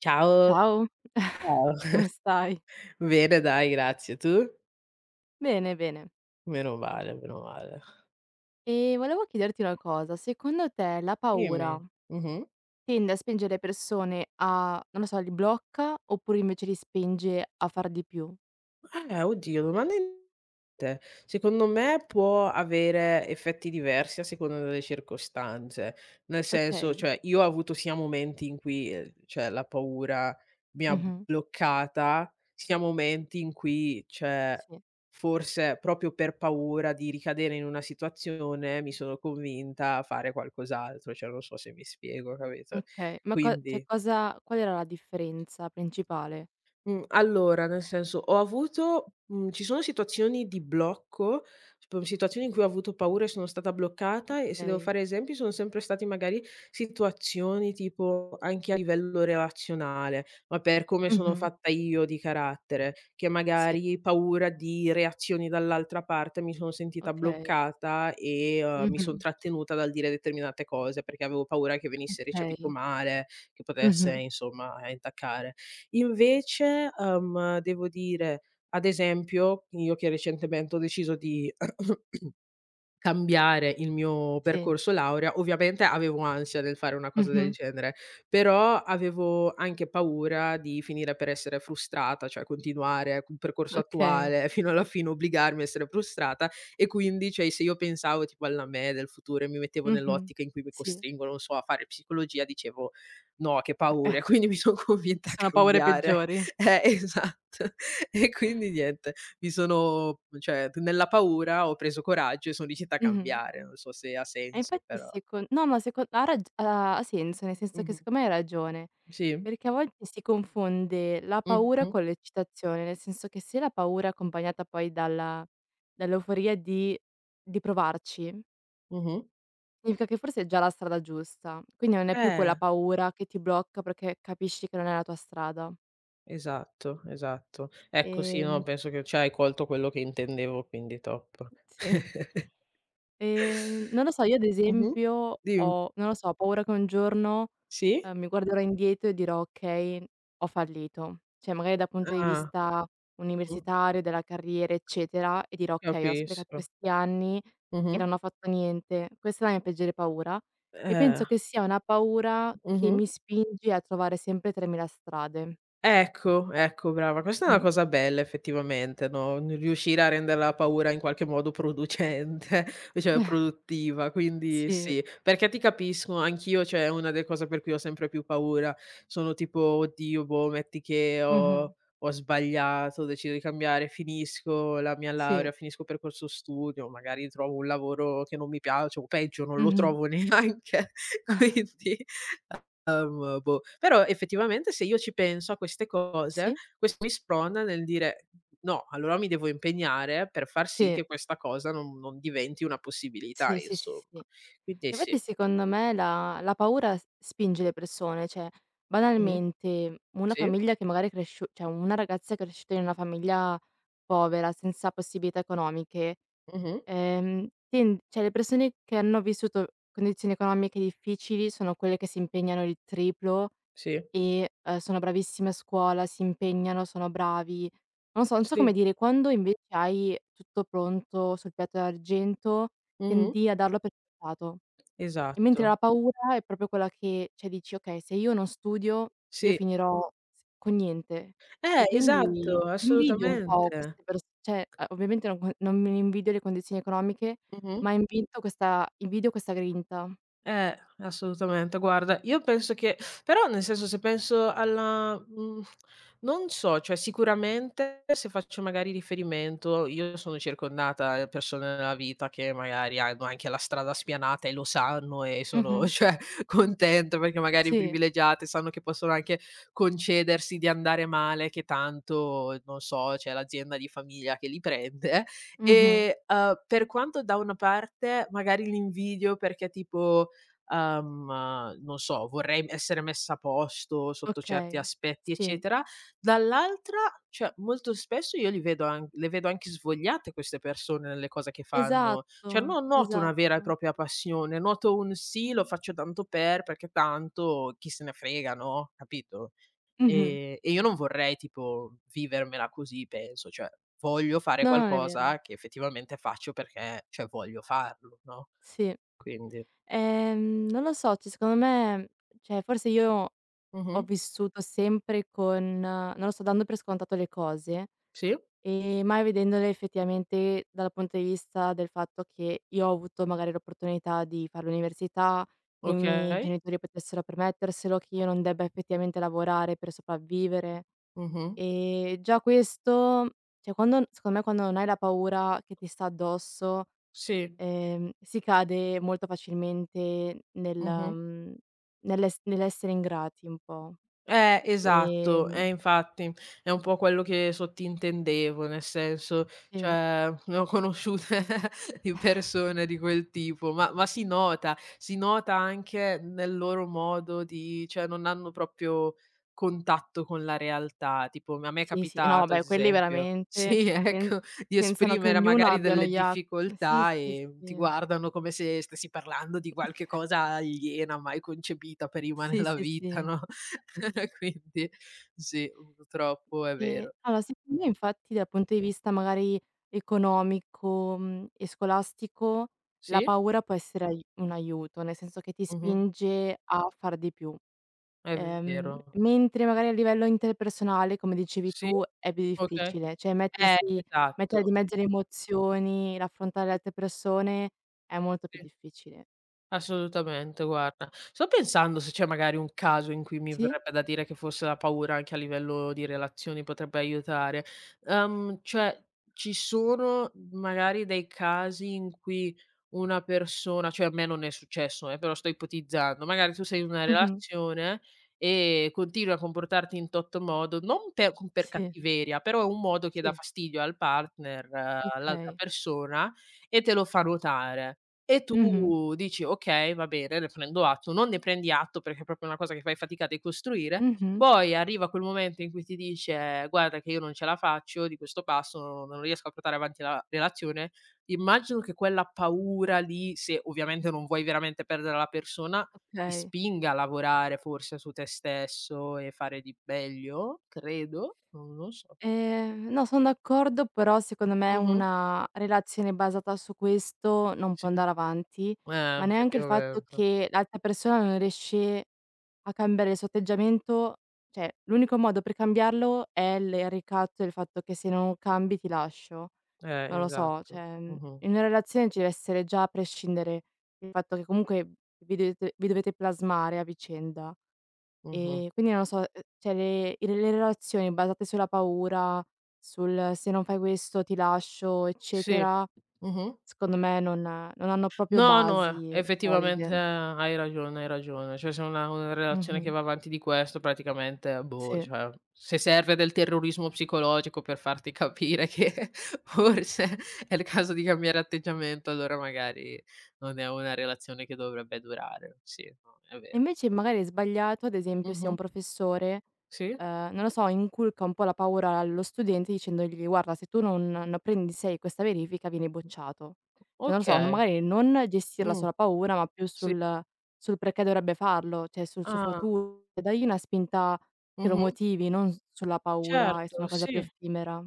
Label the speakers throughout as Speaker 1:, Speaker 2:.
Speaker 1: Ciao.
Speaker 2: Ciao,
Speaker 1: Ciao.
Speaker 2: come stai?
Speaker 1: Bene dai, grazie. Tu?
Speaker 2: Bene, bene.
Speaker 1: Meno male, meno male.
Speaker 2: E volevo chiederti una cosa, secondo te la paura
Speaker 1: Dimmi. Mh-mh.
Speaker 2: tende a spingere le persone a non lo so, li blocca oppure invece li spinge a far di più?
Speaker 1: Oddio. Domanda inte Secondo me può avere effetti diversi a seconda delle circostanze. Nel senso,
Speaker 2: Okay,
Speaker 1: cioè io ho avuto sia momenti in cui, cioè la paura mi ha
Speaker 2: mh-mh,
Speaker 1: bloccata, sia momenti in cui, cioè,
Speaker 2: sì,
Speaker 1: forse proprio per paura di ricadere in una situazione mi sono convinta a fare qualcos'altro, cioè non so se mi spiego, capito?
Speaker 2: okay. Ma co cioè
Speaker 1: Quindi,
Speaker 2: cosa qual era la differenza principale?
Speaker 1: Mhmm, allora, nel senso, ci sono situazioni di blocco, tipo situazioni in cui ho avuto paura e sono stata bloccata e se devo
Speaker 2: Okay,
Speaker 1: fare esempi sono sempre stati magari situazioni tipo anche a livello relazionale, ma per come sono
Speaker 2: mh-mh,
Speaker 1: fatta io di carattere, che
Speaker 2: sì,
Speaker 1: magari paura di reazioni dall'altra parte mi sono sentita
Speaker 2: okay,
Speaker 1: bloccata e, mi
Speaker 2: mh-mh,
Speaker 1: son trattenuta dal dire determinate cose, perché avevo paura che venisse recepito
Speaker 2: okay,
Speaker 1: male, che potesse
Speaker 2: mh-mh,
Speaker 1: insomma, intaccare. Invece, devo dire, ad esempio, io che recentemente ho deciso di cambiare il mio
Speaker 2: sì,
Speaker 1: percorso laurea. Ovviamente avevo ansia nel fare una cosa del
Speaker 2: mh-mh,
Speaker 1: genere, però avevo anche paura di finire per essere frustrata, cioè continuare col percorso
Speaker 2: okay,
Speaker 1: attuale fino alla fine, obbligarmi a essere frustrata e quindi, cioè, se io pensavo tipo alla me del futuro e mi mettevo
Speaker 2: mh-mh,
Speaker 1: nell'ottica in cui mi
Speaker 2: sì.
Speaker 1: costringono, non so, a fare psicologia, dicevo: "No, che paure", quindi mi son
Speaker 2: Ci
Speaker 1: convinta a
Speaker 2: sono paure
Speaker 1: cambiare.
Speaker 2: peggiori.
Speaker 1: Esatto. E quindi niente. Mi sono cioè t Nella paura ho preso coraggio e son riuscita a
Speaker 2: Mh-mh.
Speaker 1: cambiare, non so se ha
Speaker 2: E
Speaker 1: senso
Speaker 2: infatti
Speaker 1: però.
Speaker 2: secon no, ma seco ha rag ha senso, nel senso che
Speaker 1: Mh-mh.
Speaker 2: secondo me hai ragione,
Speaker 1: Sì.
Speaker 2: perché a volte si confonde la paura
Speaker 1: Mh-mh,
Speaker 2: con l'eccitazione, nel senso che se la paura è accompagnata poi dalla dall'euforia di provarci,
Speaker 1: mh-mh.
Speaker 2: significa che forse è già la strada giusta, quindi non è più quella
Speaker 1: Eh,
Speaker 2: paura che ti blocca perché capisci che non è la tua strada.
Speaker 1: esatto, esatto. Ecco sì, no,
Speaker 2: Ehm
Speaker 1: penso che cioè hai colto quello che intendevo, quindi top.
Speaker 2: sì. Non lo so, io ad
Speaker 1: Mh-mh.
Speaker 2: esempio
Speaker 1: Dim
Speaker 2: ho non lo so, ho paura che un giorno,
Speaker 1: sì?
Speaker 2: mi guarderò indietro e dirò: "Okay, ho fallito." Cioè magari dal punto di
Speaker 1: Ah.
Speaker 2: vista
Speaker 1: Mh.
Speaker 2: universitario, della carriera, eccetera, e dirò: "Okay, ho sprecato
Speaker 1: Capisco.
Speaker 2: questi anni e
Speaker 1: Mh-mh.
Speaker 2: non ho fatto niente." Questa è la mia peggiore paura e
Speaker 1: Eh.
Speaker 2: penso che sia una paura che
Speaker 1: Mh-mh.
Speaker 2: mi spinge a trovare sempre 3.000 strade.
Speaker 1: Ecco, ecco brava. Questa è una
Speaker 2: Mh.
Speaker 1: cosa bella effettivamente, no, n riuscire a rendere la paura in qualche modo producente, cioè produttiva, quindi
Speaker 2: Sì.
Speaker 1: sì. Perché ti capisco, anch'io cioè, è una delle cose per cui ho sempre più paura. Sono tipo: "Oddio, boh, metti che
Speaker 2: Mh-mh.
Speaker 1: ho sbagliato, decido di cambiare, finisco la mia
Speaker 2: Sì.
Speaker 1: laurea, finisco il percorso studio, magari trovo un lavoro che non mi piace o peggio non lo
Speaker 2: Mh-mh.
Speaker 1: trovo neanche." Quindi. Boh, però effettivamente se io ci penso a queste cose,
Speaker 2: Sì.
Speaker 1: questo mi sprona nel dire: "No, allora mi devo impegnare per far sì
Speaker 2: Sì.
Speaker 1: che questa cosa non diventi una possibilità",
Speaker 2: Sì, sì, sì,
Speaker 1: insomma.
Speaker 2: sì.
Speaker 1: Quindi
Speaker 2: Infatti
Speaker 1: sì.
Speaker 2: secondo me la paura s spinge le persone, cioè
Speaker 1: Mh-mh.
Speaker 2: banalmente una
Speaker 1: Sì.
Speaker 2: famiglia che magari è cresciu cioè una ragazza cresciuta in una famiglia povera, senza possibilità economiche,
Speaker 1: Mh-mh.
Speaker 2: ten cioè le persone che hanno vissuto condizioni economiche difficili sono quelle che si impegnano il triplo
Speaker 1: Sì.
Speaker 2: e, sono bravissime a scuola, si impegnano, sono bravi. Non so
Speaker 1: Sì.
Speaker 2: come dire, quando invece hai tutto pronto sul piatto d'argento
Speaker 1: Mh-mh.
Speaker 2: tendi a darlo per scontato. E mentre
Speaker 1: Esatto.
Speaker 2: la paura è proprio quella che cioè dici: "Okay, se io non studio io
Speaker 1: Sì.
Speaker 2: finirò s con niente". E quindi
Speaker 1: Esatto,
Speaker 2: invidio un po'
Speaker 1: assolutamente.
Speaker 2: queste pers cioè, ovviamente non mi invidio le condizioni economiche,
Speaker 1: Mh-mh.
Speaker 2: ma invidio questa grinta.
Speaker 1: Assolutamente. Guarda, io penso che però nel senso se penso alla non so, cioè sicuramente se faccio magari riferimento io sono circondata da persone nella vita che magari hanno anche la strada spianata e lo sanno e sono
Speaker 2: Mh-mh.
Speaker 1: cioè contente perché magari
Speaker 2: Sì.
Speaker 1: privilegiate, sanno che possono anche concedersi di andare male, che tanto, non so, c'è l'azienda di famiglia che li prende.
Speaker 2: Mh-mh.
Speaker 1: E, per quanto da una parte magari li invidio perché tipo non so, vorrei essere messa a posto sotto certi
Speaker 2: Okay.
Speaker 1: aspetti,
Speaker 2: Sì.
Speaker 1: eccetera. Dall'altra, cioè molto spesso io li vedo an le vedo anche svogliate queste persone nelle cose che fanno. Cioè
Speaker 2: Esatto,
Speaker 1: non noto una vera e
Speaker 2: esatto.
Speaker 1: propria passione, noto un: "Sì, lo faccio tanto per, perché tanto chi se ne frega", no, capito?
Speaker 2: Mh-mh.
Speaker 1: E io non vorrei tipo vivermela così, penso, cioè voglio fare
Speaker 2: No, non è vero.
Speaker 1: qualcosa che effettivamente faccio perché, cioè voglio farlo, no,
Speaker 2: Sì.
Speaker 1: quindi.
Speaker 2: Non lo so, cioè secondo me, cioè forse io
Speaker 1: Mh-mh.
Speaker 2: ho vissuto sempre con non lo so, dando per scontato le cose
Speaker 1: Sì.
Speaker 2: e mai vedendole effettivamente dal punto di vista del fatto che io ho avuto magari l'opportunità di fare l'università, che i miei
Speaker 1: Okay.
Speaker 2: genitori potessero permetterselo, che io non debba effettivamente lavorare per sopravvivere.
Speaker 1: Mh-mh.
Speaker 2: Già questo cioè quando secondo me quando non hai la paura che ti sta addosso,
Speaker 1: Sì.
Speaker 2: si cade molto facilmente
Speaker 1: Mh-mh.
Speaker 2: nell'essere ingrati un po'.
Speaker 1: Esatto,
Speaker 2: Ehm,
Speaker 1: infatti è un po' quello che sottintendevo, nel senso,
Speaker 2: sì,
Speaker 1: cioè ne ho conosciute di persone di quel tipo, ma si nota anche nel loro modo di cioè non hanno proprio contatto con la realtà. Tipo m a me è
Speaker 2: sì, sì. No,
Speaker 1: capitato ad
Speaker 2: vabbè, quelli
Speaker 1: esempio
Speaker 2: veramente
Speaker 1: sì,
Speaker 2: pen
Speaker 1: ecco, di
Speaker 2: pensano che
Speaker 1: esprimere
Speaker 2: ognuno
Speaker 1: magari
Speaker 2: abbia uno
Speaker 1: delle
Speaker 2: yacht. Sì,
Speaker 1: difficoltà
Speaker 2: sì,
Speaker 1: e ti
Speaker 2: sì.
Speaker 1: guardano come se stessi parlando di qualche cosa aliena mai concepita prima
Speaker 2: Sì,
Speaker 1: nella
Speaker 2: sì,
Speaker 1: vita,
Speaker 2: sì.
Speaker 1: no? Quindi sì, purtroppo è
Speaker 2: E
Speaker 1: vero.
Speaker 2: allora, secondo me
Speaker 1: Mh-mh.
Speaker 2: infatti dal punto di vista magari economico, e scolastico, la
Speaker 1: Sì,
Speaker 2: paura può essere ai un aiuto, nel senso che ti
Speaker 1: mh-mh,
Speaker 2: spinge a far di più.
Speaker 1: è
Speaker 2: Ehm,
Speaker 1: vero.
Speaker 2: mentre magari a livello interpersonale, come dicevi
Speaker 1: Sì,
Speaker 2: tu, è più
Speaker 1: okay.
Speaker 2: difficile, cioè mettersi mettere di
Speaker 1: Esatto.
Speaker 2: mezzo le emozioni, l'affrontare le altre persone è molto più
Speaker 1: Sì.
Speaker 2: difficile.
Speaker 1: Assolutamente, guarda. Sto pensando se c'è magari un caso in cui mi
Speaker 2: Sì?
Speaker 1: verrebbe da dire che forse la paura anche a livello di relazioni potrebbe aiutare. Cioè, ci sono magari dei casi in cui una persona cioè a me non è successo, però sto ipotizzando, magari tu sei in una
Speaker 2: Mh-mh.
Speaker 1: relazione e continui a comportarti in totto modo, non per con per
Speaker 2: Sì,
Speaker 1: cattiveria, però è un modo che dà
Speaker 2: sì,
Speaker 1: fastidio al partner, all'altra
Speaker 2: okay.
Speaker 1: persona e te lo fa notare. E tu
Speaker 2: Mh-mh.
Speaker 1: dici: "Okay, va bene, ne prendo atto". Non ne prendi atto perché è proprio una cosa che fai fatica a decostruire.
Speaker 2: Mh-mh.
Speaker 1: Poi arriva quel momento in cui ti dice: guarda che io non ce la faccio di questo passo, non riesco a portare avanti la relazione". Immagino che quella paura lì, se ovviamente non vuoi veramente perdere la persona, ti
Speaker 2: Okay.
Speaker 1: spinga a lavorare forse su te stesso e fare di meglio, credo, non lo so.
Speaker 2: No, son d'accordo, però secondo me
Speaker 1: Mh-mh.
Speaker 2: una relazione basata su questo non può
Speaker 1: Sì.
Speaker 2: andare avanti, ma neanche il fatto
Speaker 1: Effettivamente.
Speaker 2: che l'altra persona non riesce a cambiare il suo atteggiamento cioè, l'unico modo per cambiarlo è il ricatto e il fatto che se non cambi ti lascio. Non lo so,
Speaker 1: Esatto.
Speaker 2: cioè,
Speaker 1: Mh-mh.
Speaker 2: in una relazione ci deve essere già a prescindere il fatto che comunque vi dovete plasmare a vicenda.
Speaker 1: Mh-mh.
Speaker 2: E quindi non lo so, cioè le relazioni basate sulla paura, sul "se non fai questo ti lascio"
Speaker 1: Sì.
Speaker 2: eccetera,
Speaker 1: Mh-mh.
Speaker 2: secondo me non hanno proprio
Speaker 1: No, no,
Speaker 2: basi
Speaker 1: effettivamente
Speaker 2: solide.
Speaker 1: hai ragione, hai ragione. Cioè, se una relazione che
Speaker 2: Mh-mh.
Speaker 1: va avanti di questo praticamente, boh,
Speaker 2: Sì.
Speaker 1: cioè, se serve del terrorismo psicologico per farti capire che forse è il caso di cambiare atteggiamento, allora magari non è una relazione che dovrebbe durare. Sì, no, è
Speaker 2: E
Speaker 1: vero.
Speaker 2: invece magari è sbagliato, ad esempio, se
Speaker 1: Mh-mh.
Speaker 2: un professore,
Speaker 1: Sì?
Speaker 2: non lo so, inculca un po' la paura allo studente dicendogli: "Guarda, se tu non prendi 6 questa verifica vieni bocciato". Cioè, non lo so, n
Speaker 1: Okay.
Speaker 2: magari non gestirla
Speaker 1: Mh.
Speaker 2: sulla paura, ma più
Speaker 1: Sì.
Speaker 2: sul perché dovrebbe farlo, cioè sul suo
Speaker 1: Ah.
Speaker 2: futuro. E dagli una spinta che lo
Speaker 1: Mh-mh.
Speaker 2: motivi, non s sulla paura e su
Speaker 1: Certo,
Speaker 2: una cosa più
Speaker 1: sì.
Speaker 2: effimera.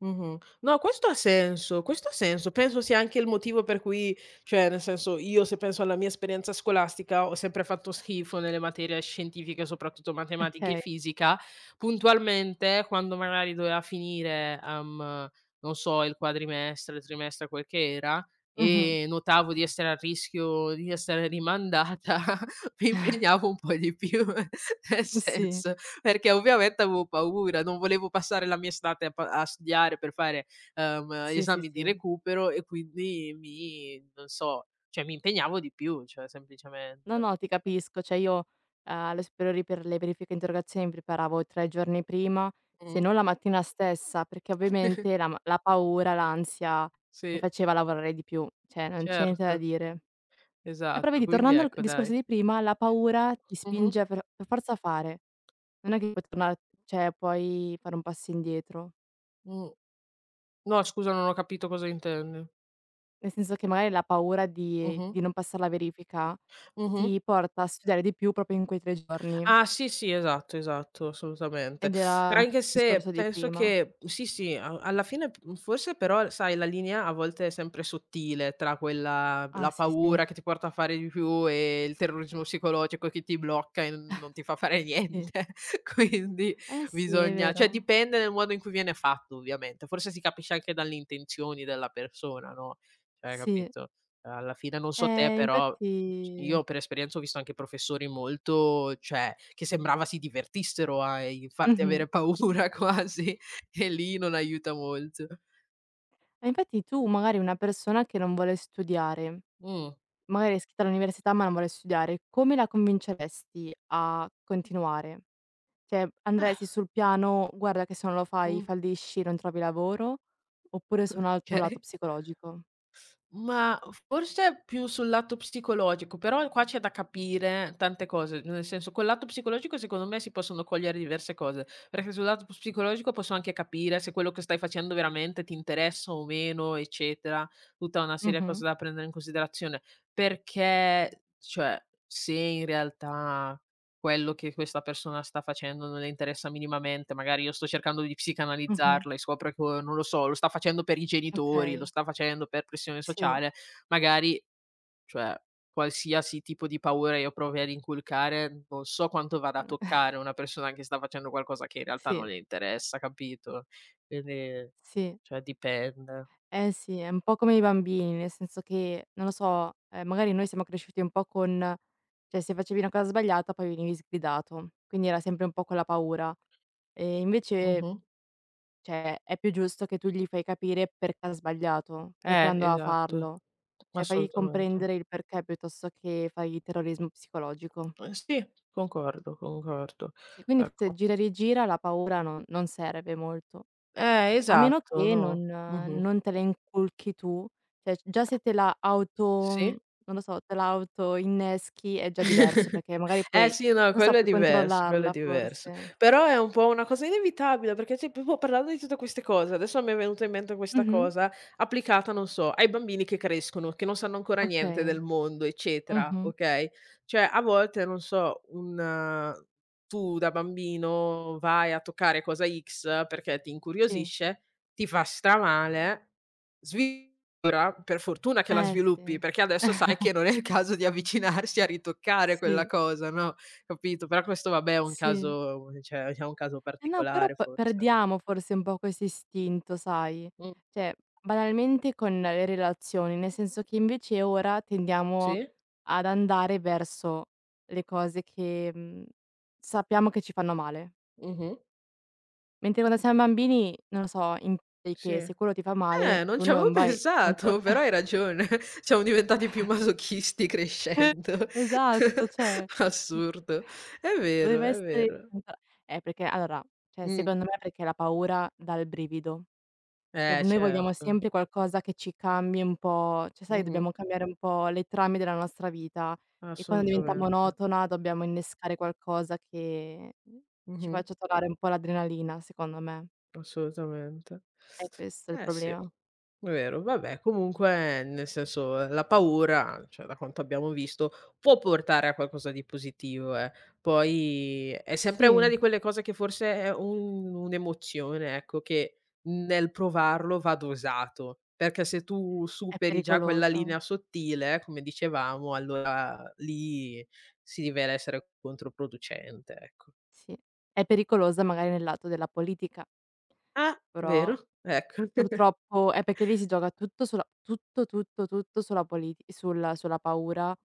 Speaker 1: Mh-mh. No, questo ha senso, questo ha senso. Penso sia anche il motivo per cui cioè, nel senso, io se penso alla mia esperienza scolastica, ho sempre fatto schifo nelle materie scientifiche, soprattutto matematica e
Speaker 2: Okay.
Speaker 1: fisica. Puntualmente, quando magari doveva finire, non so, il quadrimestre, il trimestre, quel che era,
Speaker 2: Mh-mh.
Speaker 1: e notavo di essere a rischio di essere rimandata, mi impegnavo un po' di più, nel
Speaker 2: Sì.
Speaker 1: senso perché ovviamente avevo paura, non volevo passare la mia estate a studiare per fare,
Speaker 2: Sì, sì,
Speaker 1: esami di
Speaker 2: sì.
Speaker 1: recupero e quindi mi non so, cioè mi impegnavo di più, cioè
Speaker 2: No,
Speaker 1: semplicemente.
Speaker 2: no, ti capisco. Cioè io, alle superiori per le verifiche e interrogazioni mi preparavo 3 giorni prima, se
Speaker 1: Mh.
Speaker 2: non la mattina stessa, perché ovviamente la paura, l'ansia mi
Speaker 1: Sì,
Speaker 2: faceva lavorare di più, cioè non c'è niente da
Speaker 1: certo,
Speaker 2: dire. E però
Speaker 1: esatto,
Speaker 2: vedi,
Speaker 1: quindi
Speaker 2: tornando al
Speaker 1: ecco
Speaker 2: discorso
Speaker 1: dai.
Speaker 2: di prima, la paura ti
Speaker 1: Mh-mh,
Speaker 2: spinge per forza a fare. Non è che puoi tornare cioè puoi fare un passo indietro.
Speaker 1: mh. No scusa, non ho capito cosa intendi.
Speaker 2: Nel senso che magari la paura di
Speaker 1: Mh-mh,
Speaker 2: non passar la verifica
Speaker 1: mh-mh.
Speaker 2: ti porta a studiare di più proprio in quei 3 giorni,
Speaker 1: Ah sì, sì, esatto, esatto, assolutamente.
Speaker 2: ed era un po'
Speaker 1: Anche
Speaker 2: il
Speaker 1: se
Speaker 2: discorso di
Speaker 1: penso
Speaker 2: prima.
Speaker 1: che sì, sì, a alla fine p forse però sai la linea a volte è sempre sottile tra quella la
Speaker 2: Ah sì, sì,
Speaker 1: paura che ti porta a fare di più e il terrorismo psicologico che ti blocca e non ti fa fare
Speaker 2: sì.
Speaker 1: niente. Quindi
Speaker 2: Eh sì, è
Speaker 1: bisogna cioè
Speaker 2: vero.
Speaker 1: dipende nel modo in cui viene fatto ovviamente, forse si capisce anche dalle intenzioni della persona, no, cioè
Speaker 2: Sì.
Speaker 1: capito? Alla fine non so te
Speaker 2: Eh
Speaker 1: però
Speaker 2: infatti
Speaker 1: io per esperienza ho visto anche professori molto cioè, che sembrava si divertissero a, farti
Speaker 2: mh-mh.
Speaker 1: avere paura quasi e lì non aiuta molto.
Speaker 2: E infatti tu magari una persona che non vuole studiare,
Speaker 1: Mh.
Speaker 2: magari è iscritta all'università ma non vuole studiare, come la convinceresti a continuare? Cioè
Speaker 1: Eh.
Speaker 2: andresti sul piano: "Guarda che se non lo fai
Speaker 1: Mh.
Speaker 2: fallisci, non trovi lavoro", oppure su un altro lato
Speaker 1: Okay.
Speaker 2: psicologico?
Speaker 1: Ma forse più sul lato psicologico, però qua c'è da capire tante cose, nel senso col lato psicologico secondo me si possono cogliere diverse cose, perché sul lato psicologico posso anche capire se quello che stai facendo veramente ti interessa o meno, eccetera, tutta una serie di
Speaker 2: Mh-mh,
Speaker 1: cose da prendere in considerazione, perché cioè se in realtà quello che questa persona sta facendo non le interessa minimamente, magari io sto cercando di
Speaker 2: mh-mh.
Speaker 1: psicanalizzarla e scopro che, non lo so, lo sta facendo per i genitori, lo
Speaker 2: Okay,
Speaker 1: sta facendo per pressione
Speaker 2: sì,
Speaker 1: sociale, magari cioè qualsiasi tipo di paura io provi ad inculcare, non so quanto vada a toccare una persona che sta facendo qualcosa che in realtà non
Speaker 2: sì,
Speaker 1: le interessa, capito? Quindi
Speaker 2: sì.
Speaker 1: cioè dipende.
Speaker 2: Eh sì, è un po' come i bambini, nel senso che, non lo so, magari noi siamo cresciuti un po' con cioè se facevi una cosa sbagliata poi venivi sgridato, quindi era sempre un po' quella paura. Invece,
Speaker 1: Mh-mh.
Speaker 2: cioè, è più giusto che tu gli fai capire perché ha sbagliato, perché andò a
Speaker 1: Esatto,
Speaker 2: farlo. Cioè fagli
Speaker 1: assolutamente.
Speaker 2: comprendere il perché piuttosto che fai terrorismo psicologico.
Speaker 1: Eh sì, concordo, concordo.
Speaker 2: Sì, quindi forse
Speaker 1: Ecco.
Speaker 2: gira e rigira la paura non serve molto. A meno
Speaker 1: Esatto,
Speaker 2: che
Speaker 1: no.
Speaker 2: non
Speaker 1: Mh-mh.
Speaker 2: non te la inculchi tu, cioè già se te la auto
Speaker 1: Sì.
Speaker 2: non lo so, te la auto inneschi è già diverso, perché magari
Speaker 1: Eh
Speaker 2: poi,
Speaker 1: sì, no,
Speaker 2: non so,
Speaker 1: quello è
Speaker 2: puoi
Speaker 1: diverso, quello è
Speaker 2: controllarla
Speaker 1: diverso.
Speaker 2: forse.
Speaker 1: Però è un po' una cosa inevitabile, perché cioè proprio parlando di tutte queste cose, adesso mi è venuta in mente questa
Speaker 2: Mh-mh.
Speaker 1: cosa, applicata, non so, ai bambini che crescono, che non sanno ancora niente del
Speaker 2: Okay.
Speaker 1: mondo, eccetera,
Speaker 2: Mh-mh.
Speaker 1: okay, cioè a volte, non so, un tu da bambino vai a toccare cosa X perché ti
Speaker 2: Sì.
Speaker 1: incuriosisce, ti fa stramale. Svi Ora, per fortuna che la
Speaker 2: Eh
Speaker 1: sviluppi,
Speaker 2: sì.
Speaker 1: perché adesso sai che non è il caso di avvicinarsi a ritoccare quella
Speaker 2: Sì,
Speaker 1: cosa, no, capito, però questo vabbè è un
Speaker 2: sì.
Speaker 1: caso cioè è un caso
Speaker 2: Eh no, però
Speaker 1: particolare
Speaker 2: p
Speaker 1: forse.
Speaker 2: perdiamo forse un po' questo istinto, sai,
Speaker 1: Mh,
Speaker 2: cioè banalmente con le relazioni, nel senso che invece ora tendiamo
Speaker 1: sì,
Speaker 2: ad andare verso le cose che, sappiamo che ci fanno male.
Speaker 1: mh-mh,
Speaker 2: Mentre quando siamo bambini, non lo so, impari
Speaker 1: sì.
Speaker 2: che se quello ti fa male
Speaker 1: Non
Speaker 2: tu
Speaker 1: ci avevo
Speaker 2: non vai non tor
Speaker 1: pensato, però hai ragione. Siamo diventati più masochisti crescendo.
Speaker 2: esatto, cioè
Speaker 1: Assurdo. È vero,
Speaker 2: doveva
Speaker 1: è
Speaker 2: essere
Speaker 1: vero.
Speaker 2: perché allora, cioè
Speaker 1: Mh.
Speaker 2: secondo me perché la paura dà il brivido. E
Speaker 1: Eh
Speaker 2: noi vogliamo
Speaker 1: certo.
Speaker 2: sempre qualcosa che ci cambi un po' cioè sai
Speaker 1: Mh-mh.
Speaker 2: dobbiamo cambiare un po' le trame della nostra vita e quando diventa
Speaker 1: Assolutamente.
Speaker 2: monotona dobbiamo innescare qualcosa che ci
Speaker 1: Mh-mh.
Speaker 2: faccia tornare un po' l'adrenalina, secondo me.
Speaker 1: Assolutamente.
Speaker 2: È questo il
Speaker 1: Eh sì, è
Speaker 2: problema.
Speaker 1: vero. Vabbè, comunque nel senso, la paura, cioè da quanto abbiamo visto, può portare a qualcosa di positivo, eh. Poi è sempre una
Speaker 2: Sì,
Speaker 1: di quelle cose che forse è un'emozione, ecco, che nel provarlo va dosato, perché se tu
Speaker 2: è
Speaker 1: superi già quella linea
Speaker 2: pericoloso.
Speaker 1: sottile, come dicevamo, allora lì si rivela essere controproducente, ecco.
Speaker 2: Sì. È pericolosa magari nel lato della politica,
Speaker 1: Ah,
Speaker 2: però
Speaker 1: vero? Ecco,
Speaker 2: purtroppo è perché lì si gioca tutto sulla tutto, tutto, tutto sulla paura.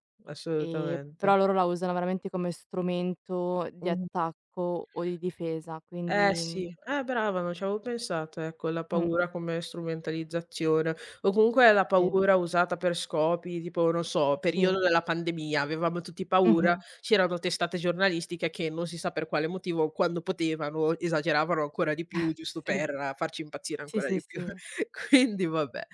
Speaker 1: assolutamente.
Speaker 2: Però loro la usano veramente come strumento di
Speaker 1: Mh-mh.
Speaker 2: attacco o di difesa,
Speaker 1: Eh
Speaker 2: quindi
Speaker 1: sì, brava, non ci avevo pensato, ecco, la
Speaker 2: mh,
Speaker 1: paura come strumentalizzazione, o comunque la
Speaker 2: sì,
Speaker 1: paura usata per scopi tipo, non so, periodo
Speaker 2: sì.
Speaker 1: della pandemia, avevamo tutti paura,
Speaker 2: Mh-mh.
Speaker 1: c'erano testate giornalistiche che non si sa per quale motivo, quando potevano, esageravano ancora di più, giusto
Speaker 2: Sì.
Speaker 1: per farci impazzire
Speaker 2: Sì,
Speaker 1: ancora
Speaker 2: sì,
Speaker 1: di più.
Speaker 2: sì.
Speaker 1: Quindi vabbè,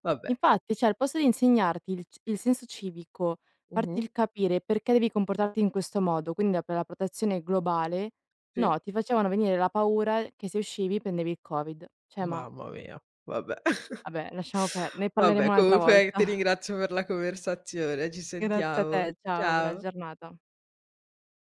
Speaker 1: vabbè.
Speaker 2: Infatti, cioè al posto di insegnarti il senso civico, farti
Speaker 1: Mh-mh.
Speaker 2: il capire perché devi comportarti in questo modo, quindi la protezione globale,
Speaker 1: Sì.
Speaker 2: no, ti facevano venire la paura che se uscivi prendevi il Covid. Cioè ma
Speaker 1: Mamma mia, vabbè.
Speaker 2: vabbè lasciamo per ne parleremo
Speaker 1: Vabbè,
Speaker 2: un'altra volta.
Speaker 1: comunque ti ringrazio per la conversazione, ci
Speaker 2: Grazie a
Speaker 1: sentiamo.
Speaker 2: te, ciao, buona
Speaker 1: Ciao.
Speaker 2: giornata.